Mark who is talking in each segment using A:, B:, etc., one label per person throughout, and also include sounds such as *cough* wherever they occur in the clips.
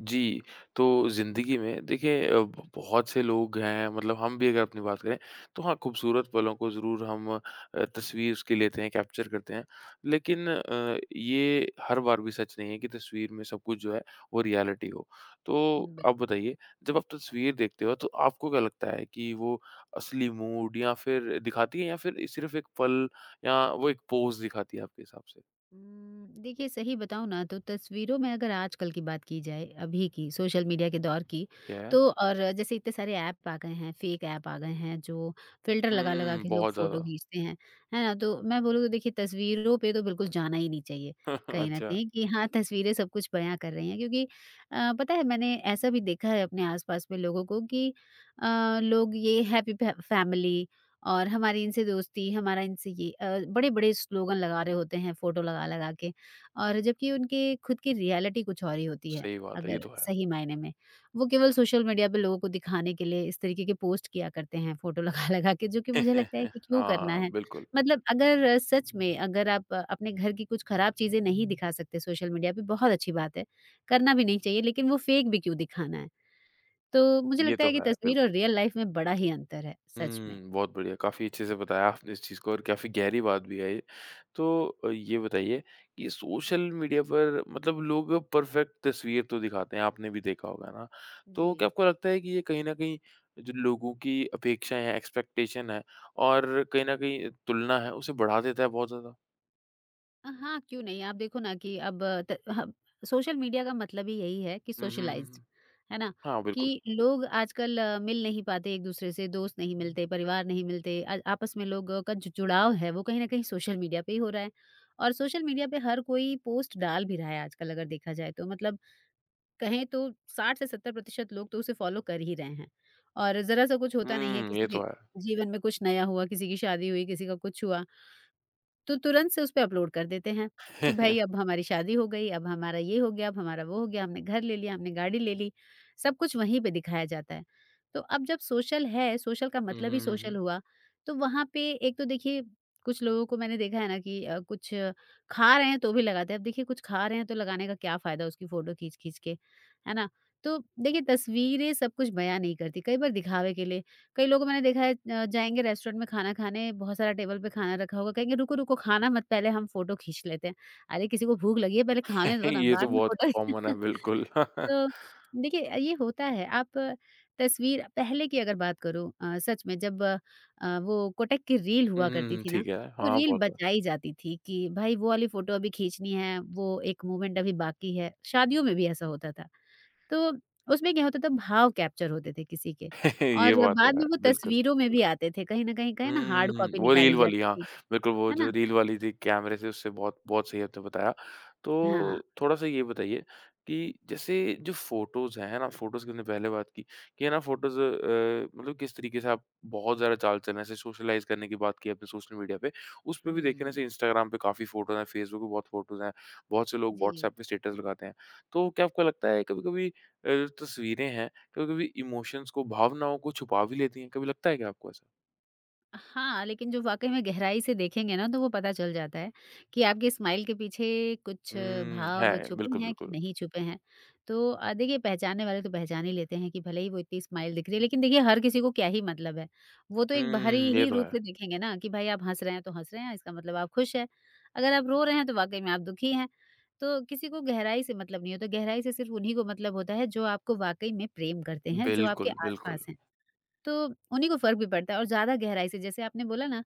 A: जी, तो ज़िंदगी में देखिए अ, ब बहुत से लोग हैं मतलब हम भी अगर अपनी बात करें, तो हाँ, खूबसूरत पलों को ज़रूर हम तस्वीर उसकी लेते हैं, कैप्चर करते हैं। लेकिन ये हर बार भी सच नहीं है कि तस्वीर में सब कुछ जो है वो रियलिटी हो। तो आप
B: बिल्कुल।
A: बताइए, जब आप तस्वीर देखते हो तो आपको क्या लगता है कि वो असली मूड या फिर दिखाती है या फिर सिर्फ़ एक पल या वो एक पोज़ दिखाती है आपके हिसाब से?
B: देखिए सही बताऊँ ना तो तस्वीरों में अगर आजकल की बात की जाए, अभी की सोशल मीडिया के दौर की,
A: क्या है?
B: तो और जैसे इतने सारे ऐप आ गए हैं, फेक ऐप आ गए हैं जो फ़िल्टर लगा-लगा
A: हुँ,
B: के लोग
A: बहुत
B: फ़ोटो
A: ज़्यादा।
B: खींचते हैं, है ना? तो मैं बोलूँ तो देखिए तस्वीरों पे तो बिल्कुल जाना ही नहीं चाहिए,
A: *laughs*
B: कहीं न
A: अच्छा,
B: कहीं कि हाँ, तस्वीरें सब कुछ बयाँ कर रही हैं क्योंकि पता है मैंने ऐसा भी देखा है अपने आस-पास में लोगों को कि लोग ये हैप्पी फै फैमिली और हमारी इनसे दोस्ती, हमारा इनसे ये बड़े-बड़े स्लोगन लगा रहे होते हैं फ़ोटो लगा-लगा के, और जबकि उनके खुद की रियलिटी कुछ और ही होती है,
A: सही बात है, ये
B: अगर
A: तो है।
B: सही मायने में। वो केवल सोशल मीडिया पे लोगों को दिखाने के लिए इस तरीके के पोस्ट किया करते हैं, फ़ोटो लगा-लगा *laughs* के, जो कि मुझे लगता है
A: *laughs*
B: कि क्यों करना
A: हाँ,
B: है?
A: बिल्कुल।
B: मतलब अगर सच में अगर आप अपने घर की कुछ खराब चीज़ें नहीं दिखा सकते सोशल मीडिया पे, बहुत अच्छी बात है, करना भी नहीं चाहिए, लेकिन वो फ़ेक भी क्यों दिखाना है? तो मुझे
A: ये
B: लगता
A: तो
B: है कि
A: है,
B: तस्वीर और
A: बिल्कुल।
B: रियल लाइफ़ में बड़ा ही अंतर है, सच में।
A: हुँ, बहुत बढ़िया, काफ़ी अच्छे से बताया आपने इस चीज़ को और काफ़ी गहरी बात भी है ये। तो ये बताइए कि सोशल मीडिया पर मतलब लोग परफ़ेक्ट तस्वीर तो दिखाते हैं, आपने भी देखा होगा ना?
B: जी।
A: तो क्या आपको लगता है कि ये कहीं न कहीं जो लोगों की अपेक्षाएँ हैं, एक्सपेक्टेशन है और कहीं न कहीं तुलना है, उसे बढ़ा देता है बहुत ज़्यादा?
B: हाँ, क्यों नहीं? आप देखो ना कि अब त ह सोशल मीडिया का मतलब ही यही है कि
A: हुँ, हुँ, हुँ,
B: सोशलाइज़्ड,
A: हुँ।
B: है ना?
A: हाँ, बिल्कुल।
B: कि लोग आजकल मिल नहीं पाते एक-दूसरे से, दोस्त नहीं मिलते, परिवार नहीं मिलते, आपस में लोगों का जो जुड़ाव है, वो कहीं न कहीं सोशल मीडिया पे ही हो रहा है। और सोशल मीडिया पे हर कोई पोस्ट डाल भी रहा है आजकल, अगर देखा जाए तो, मतलब कहें तो 60 से 70% लोग तो उसे फ़ॉलो कर ही रहे हैं। और ज़रा-सा कुछ होता नहीं है,
A: हुँ, ये
B: किसी
A: तो
B: के
A: है।
B: जीवन में कुछ नया हुआ, किसी की शादी हुई, किसी का कुछ हुआ, तो तुरंत से उसपे अपलोड कर देते हैं कि भई अब
A: *laughs*
B: हमारी शादी हो गई, अब हमारा ये हो गया, अब हमारा वो हो गया, हमने घर ले लिया, हमने गाड़ी ले ली, सब कुछ वहीं पे दिखाया जाता है। तो अब जब सोशल है, सोशल का
A: हुँ,
B: मतलब
A: हुँ,
B: ही
A: हुँ,
B: सोशल
A: हुँ।
B: हुआ, तो वहाँ पे एक तो देखिए कुछ लोगों को मैंने देखा है ना कि कुछ खा रहे हैं तो भी लगाते हैं। अब देखिए कुछ खा रहे हैं तो लगाने का क्या फ़ायदा उसकी फ़ोटो खींच-खींच के, है ना? तो देखिए तस्वीरें सब कुछ बयाँ नहीं करती, कई बार दिखावे के लिए कई लोगों को मैंने देखा है, जाएँगे रेस्टोरेंट में खाना खाने, बहुत सारा टेबल पे खाना रखा होगा, कहेंगे रुको, रुको, खाना मत, पहले हम फ़ोटो खींच लेते हैं। अरे किसी को भूख लगी है, पहले खाने
A: *laughs*
B: दो ना,
A: ये तो
B: बाद में
A: बहुत
B: फ़ोटो
A: कॉमन है,
B: *laughs*
A: बिल्कुल। *laughs*
B: तो देखिए ये होता है। आप तस्वीर पहले की अगर बात करूँ सच में जब वो कोटक की रील
A: हुँ,
B: हुआ
A: हुँ,
B: करती
A: हुँ,
B: थी ना,
A: ठीक है।
B: तो
A: हाँ,
B: रील
A: बहुत बार
B: बचाई जाती थी कि भाई वो वाली फ़ोटो अभी खींचनी है, वो एक मोमेंट अभी बाकी है। शादियों में भी ऐसा होता था। तो उसमें क्या होता था, भाव कैप्चर होते थे किसी के,
A: *laughs* ये
B: और
A: बात
B: बाद
A: तो है,
B: में वो
A: बिल्कुल।
B: तस्वीरों में भी आते थे। कहीं न कहीं कहें ना, हार्ड
A: हुँ,
B: कॉपी
A: वो रील
B: निकाली
A: वाली हाँ,
B: जाती थी।
A: बिल्कुल वो
B: है
A: जो
B: ना?
A: रील वाली थी कैमरे से उससे बहुत बहुत सही आपने बताया।
B: हाँ।
A: तो थोड़ा-सा ये बताइए कि जैसे जो फ़ोटोज़ हैं, है ना? फ़ोटोज़ की हमने पहले बात की कि है ना फ़ोटोज़ मतलब किस तरीके से आप बहुत ज़्यादा चाल चलन ऐसे सोशलाइज़ करने की बात की आपने सोशल मीडिया पे। उसपे भी देखें ना
B: हुँ।
A: जैसे इंस्टाग्राम पे काफ़ी फ़ोटोज़ हैं, फ़ेसबुक पे बहुत फ़ोटोज़ हैं, बहुत से लोग
B: जी।
A: व्हाट्सएप पे स्टेटस लगाते हैं। तो क्या आपको लगता है कभी-कभी तस्वीरें हैं, कभी-कभी इमोशंस को, भावनाओं को छुपा भी लेती हैं, कभी लगता है क्या आपको ऐसा?
B: हाँ, लेकिन जो वाक़ई में गहराई से देखेंगे ना तो वो पता चल जाता है कि आपके स्माइल के पीछे कुछ
A: हुँ,
B: भाव
A: है।
B: छुपे
A: बिल्कुल,
B: हैं कि
A: बिल्कुल।
B: नहीं छुपे हैं। तो देखिए पहचानने वाले तो पहचान ही लेते हैं कि भले ही वो इतनी स्माइल दिख रही है, लेकिन देखिए हर किसी को क्या ही मतलब है। वो तो एक बाहरी
A: हुँ, ये
B: ही
A: तो
B: रूप
A: है।
B: से देखेंगे ना कि भाई आप हँस रहे हैं तो हँस रहे हैं, इसका मतलब आप खुश हैं। अगर आप रो रहे हैं तो वाक़ई में आप दुखी हैं। तो किसी को गहराई से मतलब नहीं होता, गहराई से सिर्फ़ उन्हीं को मतलब होता है जो आपको वाक़ई में प्रेम करते हैं, जो आपके
A: बिल्कुल, बिल्कुल।
B: आस-पास हैं। तो उन्हीं को फ़र्क भी पड़ता है, और ज़्यादा गहराई से, जैसे आपने बोला ना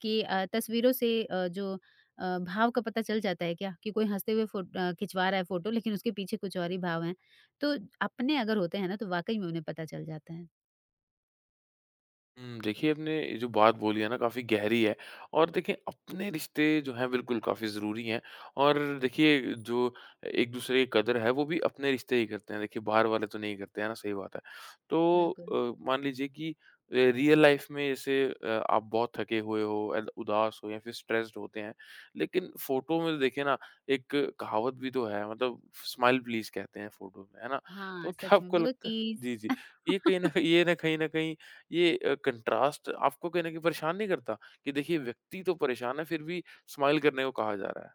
B: कि तस्वीरों से जो भाव का पता चल जाता है क्या, कि कोई हँसते हुए खिंचवा रहा है फ़ोटो, लेकिन उसके पीछे कुछ और ही भाव हैं। तो अपने अगर होते हैं ना तो वाक़ई में उन्हें पता चल जाता है।
A: हुँ, देखिए आपने ये जो बात बोली है ना काफ़ी गहरी है और देखिए अपने रिश्ते जो हैं बिल्कुल काफ़ी ज़रूरी हैं और देखिए जो एक-दूसरे की कदर है वो भी अपने रिश्ते ही करते हैं। देखिए बाहर वाले तो नहीं करते, है ना? सही बात है। तो
B: बिल्कुल।
A: मान लीजिए कि रियल लाइफ़ में जैसे आप बहुत थके हुए हो, एल उदास हो या फिर स्ट्रेस्ड होते हैं, लेकिन फ़ोटो में देखिए ना एक कहावत भी तो है मतलब स्माइल प्लीज़ कहते हैं फ़ोटो में, है ना? तो
B: हाँ,
A: क्या
B: सच में
A: आपको
B: बोलो
A: लगता है
B: चीज़।
A: जी, जी। ये कहीं न कहीं ये ना कहीं न कहीं ये कंट्रास्ट आपको कहीं न कहीं परेशान नहीं करता? कि देखिए व्यक्ति तो परेशान है फिर भी स्माइल करने को कहा जा रहा है।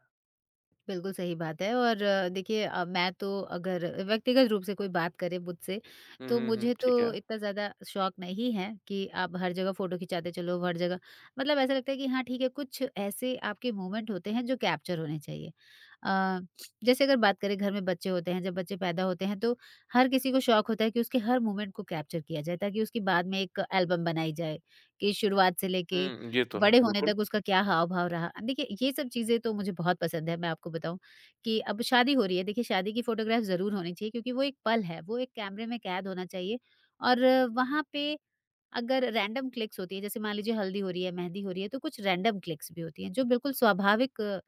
B: बिल्कुल सही बात है। और देखिए, मैं तो अगर व्यक्तिगत रूप से कोई बात करे मुझसे
A: हुँ,
B: तो
A: हुँ, हुँ,
B: मुझे तो
A: ठीक है।
B: इतना ज़्यादा शौक नहीं है कि आप हर जगह फ़ोटो खिंचाते चलो हर जगह। मतलब ऐसा लगता है कि हाँ, ठीक है, कुछ ऐसे आपके मोमेंट होते हैं जो कैप्चर होने चाहिए। अ, जैसे अगर बात करें, घर में बच्चे होते हैं, जब बच्चे पैदा होते हैं तो हर किसी को शौक होता है कि उसके हर मोमेंट को कैप्चर किया जाए, ताकि उसकी बाद में एक एल्बम बनाई जाए, कि शुरुआत से लेके
A: हुँ, ये तो है,
B: बड़े होने
A: बिल्कुल।
B: तक उसका क्या हाव-भाव रहा। देखिए, ये सब चीज़ें तो मुझे बहुत पसंद है, मैं आपको बताऊँ। कि अब शादी हो रही है, देखिए शादी की फ़ोटोग्राफ ज़रूर होनी चाहिए, क्योंकि वो एक पल है, वो एक कैमरे में कैद होना चाहिए। और वहाँ पे अगर रैंडम क्लिक्स होती हैं, जैसे मान लीजिए हल्दी हो रही है, मेहंदी हो रही है, तो कुछ रैंडम क्लिक्स भी होती हैं, जो बिल्कुल स्वाभाविक अ,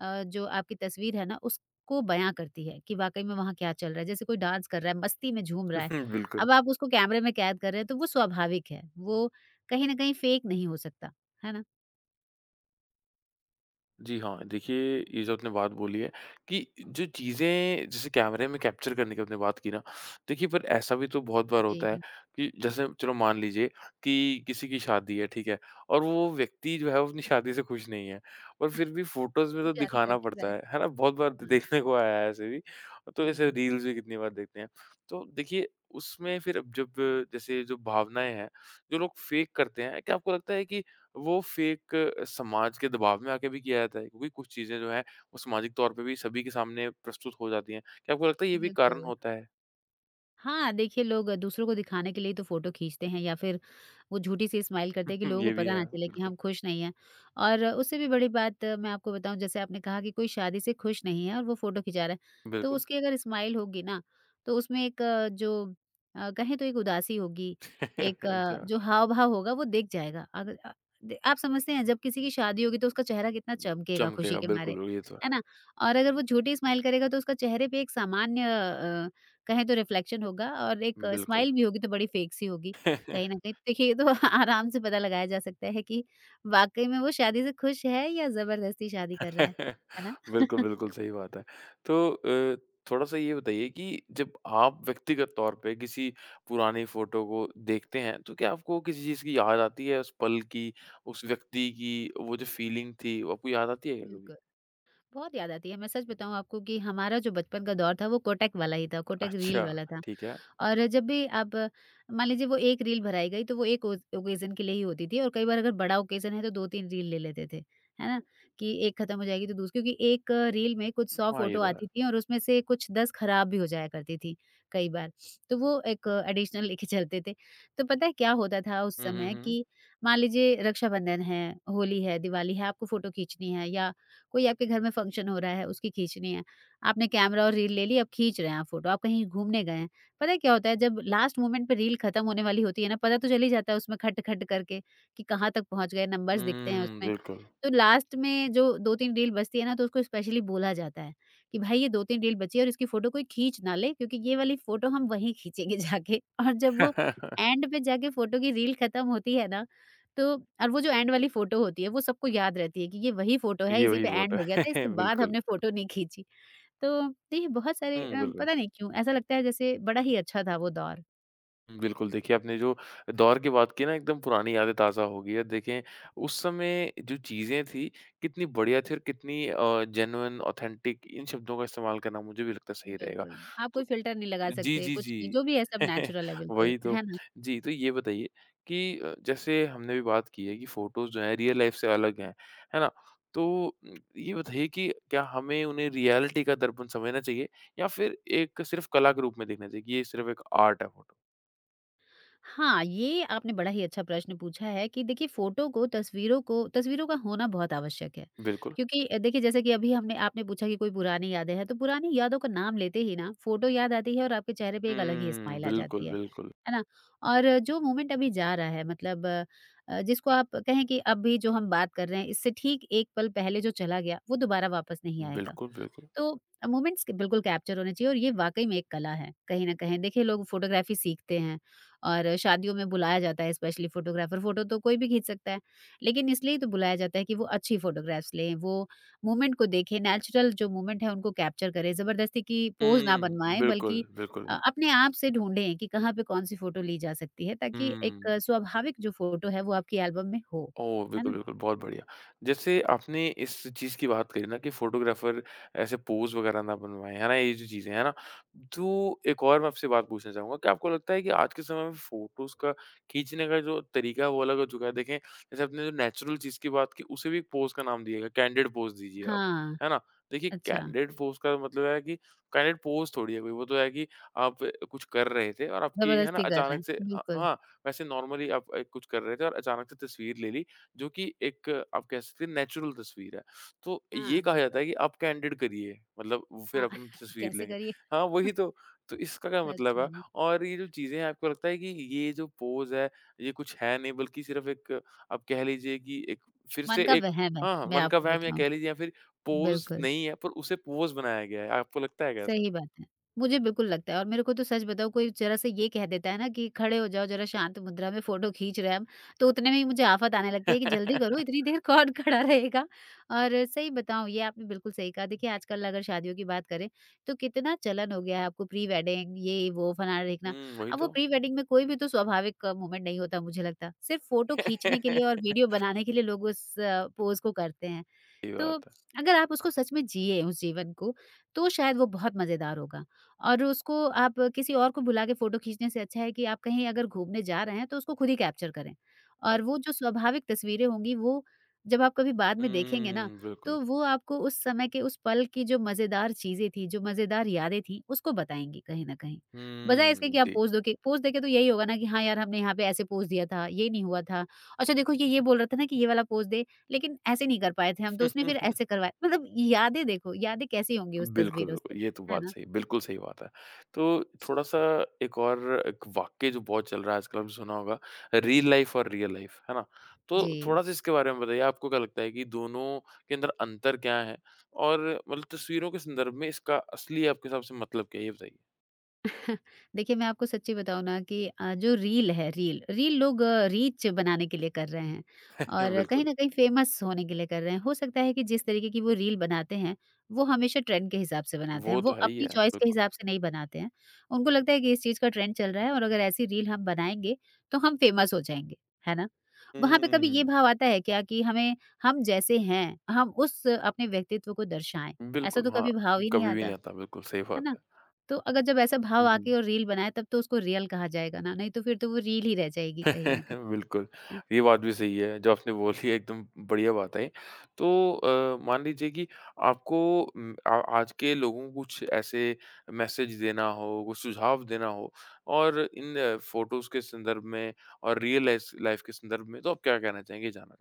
B: अ, जो आपकी तस्वीर है ना, उसको बयाँ करती है कि वाक़ई में वहाँ क्या चल रहा है। जैसे कोई डांस कर रहा है, मस्ती में झूम रहा है,
A: *laughs* बिल्कुल।
B: अब आप उसको कैमरे में कैद कर रहे हैं, तो वो स्वाभाविक है, वो कहीं न कहीं फ़ेक नहीं हो सकता, है ना?
A: जी हाँ, देखिए ये जो आपने बात बोली है कि जो चीज़ें जैसे कैमरे में कैप्चर करने की आपने बात की ना, देखिए पर ऐसा भी तो बहुत बार होता है
B: जी,
A: कि जैसे चलो मान लीजिए कि किसी की शादी है, ठीक है? और वो व्यक्ति जो है वो अपनी शादी से खुश नहीं है और फिर भी फ़ोटोज़ में
B: जो
A: तो
B: जारी कर
A: दिखाना
B: क्यों रहा
A: पड़ता
B: है?
A: है ना? बहुत बार
B: हाँ,
A: देखने को आया है ऐसे भी, तो ऐसे
B: जी,
A: रील्स भी कितनी बार देखते हैं। तो देखिए उसमें फिर अब जब जैसे जो भावनाएँ हैं, जो लोग फ़ेक करते हैं, क्या आपको लगता है कि वो फ़ेक समाज के दबाव में आके भी किया जाता है क्योंकि कुछ चीज़ें जो हैं वो सामाजिक तौर पे भी सभी के सामने प्रस्तुत हो जाती हैं। क्या आपको लगता है ये भी कारण
B: बिल्कुल।
A: होता है?
B: हाँ, देखिए लोग दूसरों को दिखाने के लिए तो फ़ोटो खींचते हैं, या फिर वो झूठी-सी स्माइल करते हैं कि
A: *laughs*
B: लोगों को
A: ये भी
B: पता
A: है,
B: ना चले कि
A: बिल्कुल,
B: हम खुश नहीं हैं। और उससे भी बड़ी बात, मैं आपको बताऊँ, जैसे आपने कहा कि कोई शादी से खुश नहीं है और वो फ़ोटो खिंचा रहा है, तो
A: बिल्कुल।
B: उसकी अगर स्माइल होगी ना, तो उसमें एक जो कहें तो एक उदासी होगी,
A: *laughs*
B: एक
A: अच्छा,
B: जो हाव-भाव होगा वो दिख जाएगा। अगर अ, द आप समझते हैं, जब किसी की शादी होगी तो उसका चेहरा कितना चमकेगा खुशी
A: चमकेगा
B: के
A: बिल्कुल,
B: मारे,
A: बिल्कुल ये तो है।
B: है ना? और अगर वो झूठी स्माइल करेगा तो उसका चेहरे पे एक सामान्य कहें तो रिफ्लेक्शन होगा, और एक
A: बिल्कुल।
B: स्माइल भी होगी तो बड़ी फेक सी होगी कहीं न कहीं। तो देखिए ये तो *laughs* आराम से पता लगाया जा सकता है कि वाक़ई में वो शादी से खुश है या ज़बरदस्ती शादी कर रहा है।
A: *laughs*
B: है ना?
A: बिल्कुल,
B: *laughs*
A: बिल्कुल सही बात है। तो थोड़ा-सा ये बताइए कि जब आप व्यक्तिगत तौर पे किसी पुरानी फ़ोटो को देखते हैं, तो क्या आपको किसी चीज़ की याद आती है उस पल की, उस व्यक्ति की, वो जो फ़ीलिंग थी, वो आपको याद आती है क्या कभी?
B: बिल्कुल, बहुत याद आती है। मैं सच बताऊँ आपको कि हमारा जो बचपन का दौर था वो कोटक वाला ही था, कोटक
A: अच्छा,
B: रील वाला था।
A: ठीक है।
B: और जब भी आप मान लीजिए, वो 1 रील भराई गई तो वो एक ओज ओकेज़न के लिए ही होती थी, और कई बार अगर बड़ा ओकेज़न है तो 2-3 रील ले लेते थे, है ना? कि एक खत्म हो जाएगी तो दूस क्योंकि एक रील में कुछ 100
A: हाँ, ये
B: फ़ोटो
A: तो है।
B: आती थी और उसमें से कुछ 10 खराब भी हो जाया करती थी कई बार। तो वो एक एडिशनल लेके चलते थे। तो पता है क्या होता था उस
A: हुँ, हुँ,
B: समय
A: हुँ।
B: कि मान लीजिए रक्षाबंधन है, होली है, दिवाली है, आपको फ़ोटो खींचनी है, या कोई आपके घर में फंक्शन हो रहा है उसकी खींचनी है। आपने कैमरा और रील ले ली, अब खींच रहे हैं आप फ़ोटो। आप कहीं घूमने गए हैं, पता है क्या होता है जब लास्ट मोमेंट पे रील खत्म होने वाली होती है ना, पता तो चल ही जाता है उसमें खट खट करके कि कहाँ तक पहुंच गए, नंबर्स दिखते हैं
A: हुँ,
B: उसमें।
A: बिल्कुल।
B: तो लास्ट में जो दो तीन रील बचती है ना, तो उसको स्पेशली बोला जाता है कि भाई ये दो तीन रील बची है, और इसकी फोटो कोई खींच ना ले, क्योंकि ये वाली फोटो हम वहीं खींचेंगे जाके *laughs* और जब वो
A: *laughs*
B: एंड पे जाके फोटो की रील खत्म होती है ना, तो और वो जो एंड वाली फोटो होती है, वो सबको याद रहती है कि ये वही फोटो है,
A: ये
B: इसी
A: वही
B: पे
A: वोट
B: एंड हो
A: है।
B: गया था,
A: *laughs*
B: इसके बाद
A: बिल्कुल।
B: हमने फोटो नहीं खींची। तो देखिए बहुत सारे
A: हुँ, बिल्कुल।
B: पता नहीं क्यों ऐसा लगता है जैसे बड़ा ही अच्छा था वो दौर।
A: बिल्कुल, देखिए आपने जो दौर की बात की ना एकदम पुरानी यादें ताज़ा हो गई है। देखें उस समय जो चीज़ें थी कितनी बढ़िया थी और कितनी जेन्युइन ऑथेंटिक इन शब्दों का इस्तेमाल करना मुझे भी लगता है सही रहेगा।
B: बिल्कुल। आप
A: तो
B: कोई फ़िल्टर नहीं लगा
A: जी,
B: सकते,
A: जी,
B: कुछ नहीं,
A: जी।
B: जो भी है सब
A: *laughs*
B: नेचुरल है बिल्कुल,
A: वही तो।
B: है ना?
A: जी, तो ये बताइए कि जैसे हमने भी बात की है कि फ़ोटोज़ जो हैं रियल लाइफ़ से अलग हैं, है ना? तो ये बताइए कि क्या हमें उन्हें रियलिटी का दर्पण समझना चाहिए या फिर एक सिर्फ़ कला के रूप में देखना चाहिए कि ये सिर्फ़ एक आर्ट है फ़ोटो?
B: हाँ, ये आपने बड़ा ही अच्छा प्रश्न पूछा है, कि देखिए फ़ोटो को, तस्वीरों को, तस्वीरों का होना बहुत आवश्यक है।
A: बिल्कुल।
B: क्योंकि देखिए, जैसे कि अभी हमने, आपने पूछा कि कोई पुरानी यादें हैं, तो पुरानी यादों का नाम लेते ही ना फ़ोटो याद आती है और आपके चेहरे पे एक अलग ही
A: हुँ,
B: स्माइल आ
A: बिल्कुल,
B: जाती है।
A: बिल्कुल।
B: है ना? और जो मोमेंट अभी जा रहा है, मतलब जिसको आप कहें कि अभी जो हम बात कर रहे हैं, इससे ठीक 1 पल पहले जो चला गया, वो दोबारा वापस नहीं आएगा।
A: बिल्कुल, बिल्कुल।
B: तो मोमेंट्स के बिल्कुल कैप्चर होने चाहिए और ये वाकई में एक कला है कहीं न कहीं। देखिए, लोग फ़ोटोग्राफ़ी सीखते हैं और शादियों में बुलाया जाता है स्पेशली फ़ोटोग्राफ़र, फ़ोटो तो कोई भी खींच सकता है। लेकिन इसलिए तो बुलाया जाता है कि वो अच्छी फ़ोटोग्राफ्स लें, वो मोमेंट को देखें, नेचुरल जो मोमेंट है उनको कैप्चर करें, ज़बरदस्ती की पोज़ ना
A: हुँ,
B: बनवाएँ
A: बिल्कुल,
B: बल्कि
A: बिल्कुल।
B: अपने आप से ढूँढें कि कहाँ पे कौन-सी फ़ोटो ली जा सकती है ताकि एक
A: हुँ।
B: स्वाभाविक जो फ़ोटो है वो आपकी एल्बम में हो।
A: ओह!
B: है
A: बिल्कुल,
B: ना?
A: बिल्कुल, बहुत बढ़िया। जैसे आपने इस चीज़ की बात करी ना कि फ़ोटोग्राफ़र ऐसे पोज़ वग़ैरह ना बनवाएँ, है ना? ये जो चीज़ें, है ना? तो एक और मैं आपसे बात पूछना चाहूँगा कि आपको लगता है कि आज के समय में फ़ोटोज़ का खींचने का जो तरीका है, वो अलग हो चुका है? देखें, जैसे आपने जो नेचुरल चीज़ की बात की, उसे भी एक पोज़ का नाम दिया गया, कैंडिड पोज़ दीजिए आप,
B: हाँ,
A: है ना? देखिए,
B: अच्छा।
A: कैंडिड पोज़ का मतलब है कि कैंडिड पोज़ थोड़ी है कोई, वो तो है कि आप कुछ कर रहे थे और आपकी, है ना,
B: ज़बरदस्ती कर रहे
A: अचानक से
B: हैं।
A: ह
B: बिल्कुल।
A: हाँ, वैसे नॉर्मली आप कुछ कर रहे थे और अचानक से तस्वीर ले ली जो कि एक आप कह सकते हैं नेचुरल तस्वीर है। तो ये
B: हाँ,
A: कहा जाता
B: बिल्कुल।
A: है कि आप कैंडिड करिए मतलब वो फिर
B: हाँ,
A: अपन
B: *laughs*
A: तस्वीर
B: कैसे
A: लेंगे।
B: करिए?
A: हाँ, वही
B: *laughs*
A: तो। तो इसका क्या
B: सच
A: मतलब है
B: में,
A: और ये जो चीज़ें हैं आपको लगता है कि ये जो पोज़ है ये कुछ है नहीं बल्कि सिर्फ़ एक आप कह लीजिए कि एक फिर
B: मन
A: से
B: का
A: एक
B: वहम है,
A: हाँ, हाँ,
B: मैं
A: मन का
B: आपको
A: वहम या
B: बताऊँ।
A: कह लीजिए या फिर पोज़
B: बिल्कुल।
A: नहीं है पर उसे पोज़ बनाया गया है। आपको लगता है क्या ऐसा? हुँ,
B: सही बात है। मुझे बिल्कुल लगता है और मेरे को तो सच बताऊँ, कोई ज़रा सा ये कह देता है ना कि खड़े हो जाओ ज़रा शांत मुद्रा में, फ़ोटो खींच रहे हैं हम, तो उतने में ही मुझे आफ़त आने लगती है कि जल्दी करो,
A: *laughs*
B: इतनी देर कौन *laughs* खड़ा रहेगा। और सही बताऊँ, ये आपने बिल्कुल सही कहा। देखिए, आजकल अगर शादियों की बात करें, तो कितना चलन हो गया है आपको प्री वेडिंग ये वो फलाना ढिकना।
A: वही
B: अब वो
A: तो।
B: प्री वेडिंग में कोई भी तो स्वाभाविक मोमेंट नहीं होता, मुझे लगता। सिर्फ़ फ़ोटो खींचने के लिए और
A: *laughs*
B: वीडियो बनाने के लिए लोग उस पोज़ को करते हैं।
A: सही
B: तो
A: बात है।
B: अगर आप उसको सच में जिए, उस जीवन को, तो शायद वो बहुत मज़ेदार होगा और उसको आप किसी और को बुला के फ़ोटो खींचने से अच्छा है कि आप कहीं अगर घूमने जा रहे हैं, तो उसको खुद ही कैप्चर करें
A: बात
B: और वो जो स्वाभाविक तस्वीरें होंगी, वो जब आप कभी बाद में देखेंगे ना,
A: हुँ, बिल्कुल।
B: तो वो आपको उस समय के, उस पल की जो मज़ेदार चीज़ें थी, जो मज़ेदार यादें थीं, उसको बताएँगी कहीं न कहीं। बजाए इसके
A: हुँ,
B: कि आप
A: जी।
B: पोज़ दो के पोज़ देके, तो यही होगा ना कि हाँ यार, हमने यहाँ पे ऐसे पोज़ दिया था, ये नहीं हुआ था। अच्छा देखो, ये बोल रहा था ना कि ये वाला पोज़ दे, लेकिन ऐसे नहीं कर पाए थे हम तो उसने फिर ऐसे
A: *laughs*
B: करवाया, मतलब यादें देखो, यादें कैसी होंगी उस
A: बिल्कुल,
B: तस्वीरों से,
A: बिल्कुल। ये तो
B: है
A: बात
B: ना?
A: सही बिल्कुल सही बात है। तो थोड़ा-सा एक और एक वाक़या जो बहुत चल रहा है आजकल आपने सुना होगा, रील लाइफ़ और रियल लाइफ़, है ना? तो
B: जी।
A: थोड़ा-सा इसके बारे में बताइए आपको क्या लगता है कि दोनों के अंदर अंतर क्या है? और मतलब तस्वीरों के संदर्भ में इसका असली आपके हिसाब से मतलब क्या है? ये बताइए।
B: देखिए, मैं आपको सच्ची बताऊँ ना कि जो रील है रील, रील लोग रीच बनाने के लिए कर रहे हैं
A: *laughs* हुँ,
B: और कहीं
A: बिल्कुल।
B: न कहीं फेमस होने के लिए कर रहे हैं। हो सकता है कि जिस तरीके की वो रील बनाते हैं, वो हमेशा ट्रेंड के हिसाब से बनाते
A: वो
B: हैं। वो
A: तो है ही
B: अपनी
A: है,
B: चॉइस के
A: बिल्कुल।
B: हिसाब से नहीं बनाते हैं। उनको लगता है कि इस चीज़ का ट्रेंड चल रहा है और अगर ऐसी रील हम बनाएँगे, तो हम फेमस हो जाएँगे। है ना? वहाँ पे कभी
A: हुँ,
B: ये भाव आता है क्या कि हमें हम जैसे हैं, हम उस अपने व्यक्तित्व को दर्शाएँ? ऐसा
A: बिल्कुल,
B: तो
A: हाँ।
B: कभी भाव ही नहीं
A: कभी भी नहीं
B: आता।
A: आता, बिल्कुल सही
B: है
A: बात
B: ना?
A: है।
B: तो अगर जब ऐसा भाव
A: हुँ,
B: आके
A: हुँ।
B: और रील बनाए, तब तो उसको रियल कहा जाएगा ना, नहीं तो फिर तो वो रील ही रह जाएगी कहीं न कहीं।
A: *laughs* बिल्कुल, ये बात भी सही है, जो आपने बोली है एकदम बढ़िया बात है। तो मान लीजिए कि आपको उम, आ आज के लोगों को कुछ ऐसे मैसेज देना हो, कुछ सुझाव देना हो और इन फ़ोटोज़ के संदर्भ में और रियल लाइफ़ लाइफ़ के संदर्भ में तो आप क्या कहना चाहेंगे? ये जानना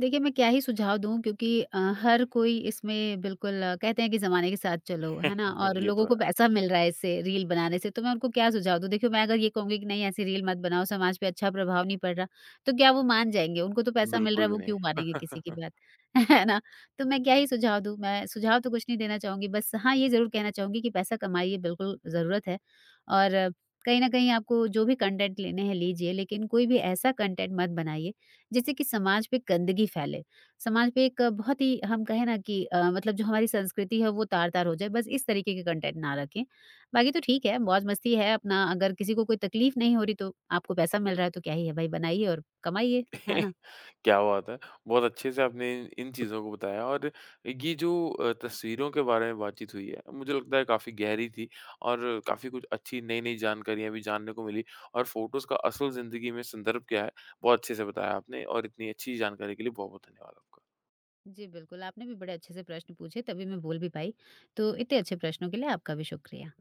B: देखिए, मैं क्या ही सुझाव दूँ, क्योंकि हर कोई इसमें बिल्कुल कहते हैं कि ज़माने के साथ चलो, है ना?
A: चाहूँगा।
B: और
A: *laughs* ये तो
B: लोगों
A: है,
B: को पैसा मिल रहा है इससे, रील बनाने से, तो मैं उनको क्या सुझाव दूँ? देखिए, मैं अगर ये कहूँगी कि नहीं, ऐसी रील मत बनाओ, समाज पे अच्छा प्रभाव नहीं पड़ रहा, तो क्या वो मान जाएँगे? उनको तो पैसा मिल
A: बिल्कुल
B: रहा है,
A: भी
B: वो
A: नहीं।
B: क्यों मानेंगे किसी की
A: *laughs*
B: बात, *laughs* है ना? तो मैं क्या ही सुझाव दूँ? मैं सुझाव तो कुछ नहीं देना चाहूँगी, बस हाँ, ये ज़रूर कहना चाहूँगी कि पैसा कमाइए, बिल्कुल ज़रूरत है और कहीं न कहीं आपको जो भी कंटेंट लेने हैं, लीजिए, लेकिन कोई भी ऐसा कंटेंट मत बनाइए जिससे कि समाज पे गंदगी फैले। समाज पे एक बहुत ही हम कहें ना कि मतलब जो हमारी संस्कृति है वो तार-तार हो जाए, बस इस तरीके के कंटेंट ना रखें। बाकी तो ठीक है, मौज-मस्ती है अपना, अगर किसी को कोई तकलीफ नहीं हो रही तो आपको पैसा मिल रहा है तो क्या ही है भाई, बनाइए और कमाइए, है
A: *laughs*
B: ना?
A: क्या बात है! बहुत अच्छे से आपने इन इन चीज़ों को बताया और ये जो तस्वीरों के बारे में बातचीत हुई है, मुझे लगता है काफ़ी गहरी थी और काफ़ी कुछ अच्छी नई-नई जानकारियाँ भी जानने को मिली और फ़ोटोज़ का असल ज़िंदगी में संदर्भ क्या है, बहुत अच्छे से बताया आपने और इतनी अच्छी जानकारी के लिए बहुत-बहुत धन्यवाद आपका।
B: जी बिल्कुल, आपने भी बड़े अच्छे से प्रश्न पूछे तभी मैं बोल भी पाई। तो इतने अच्छे प्रश्नों के लिए आपका भी शुक्रिया।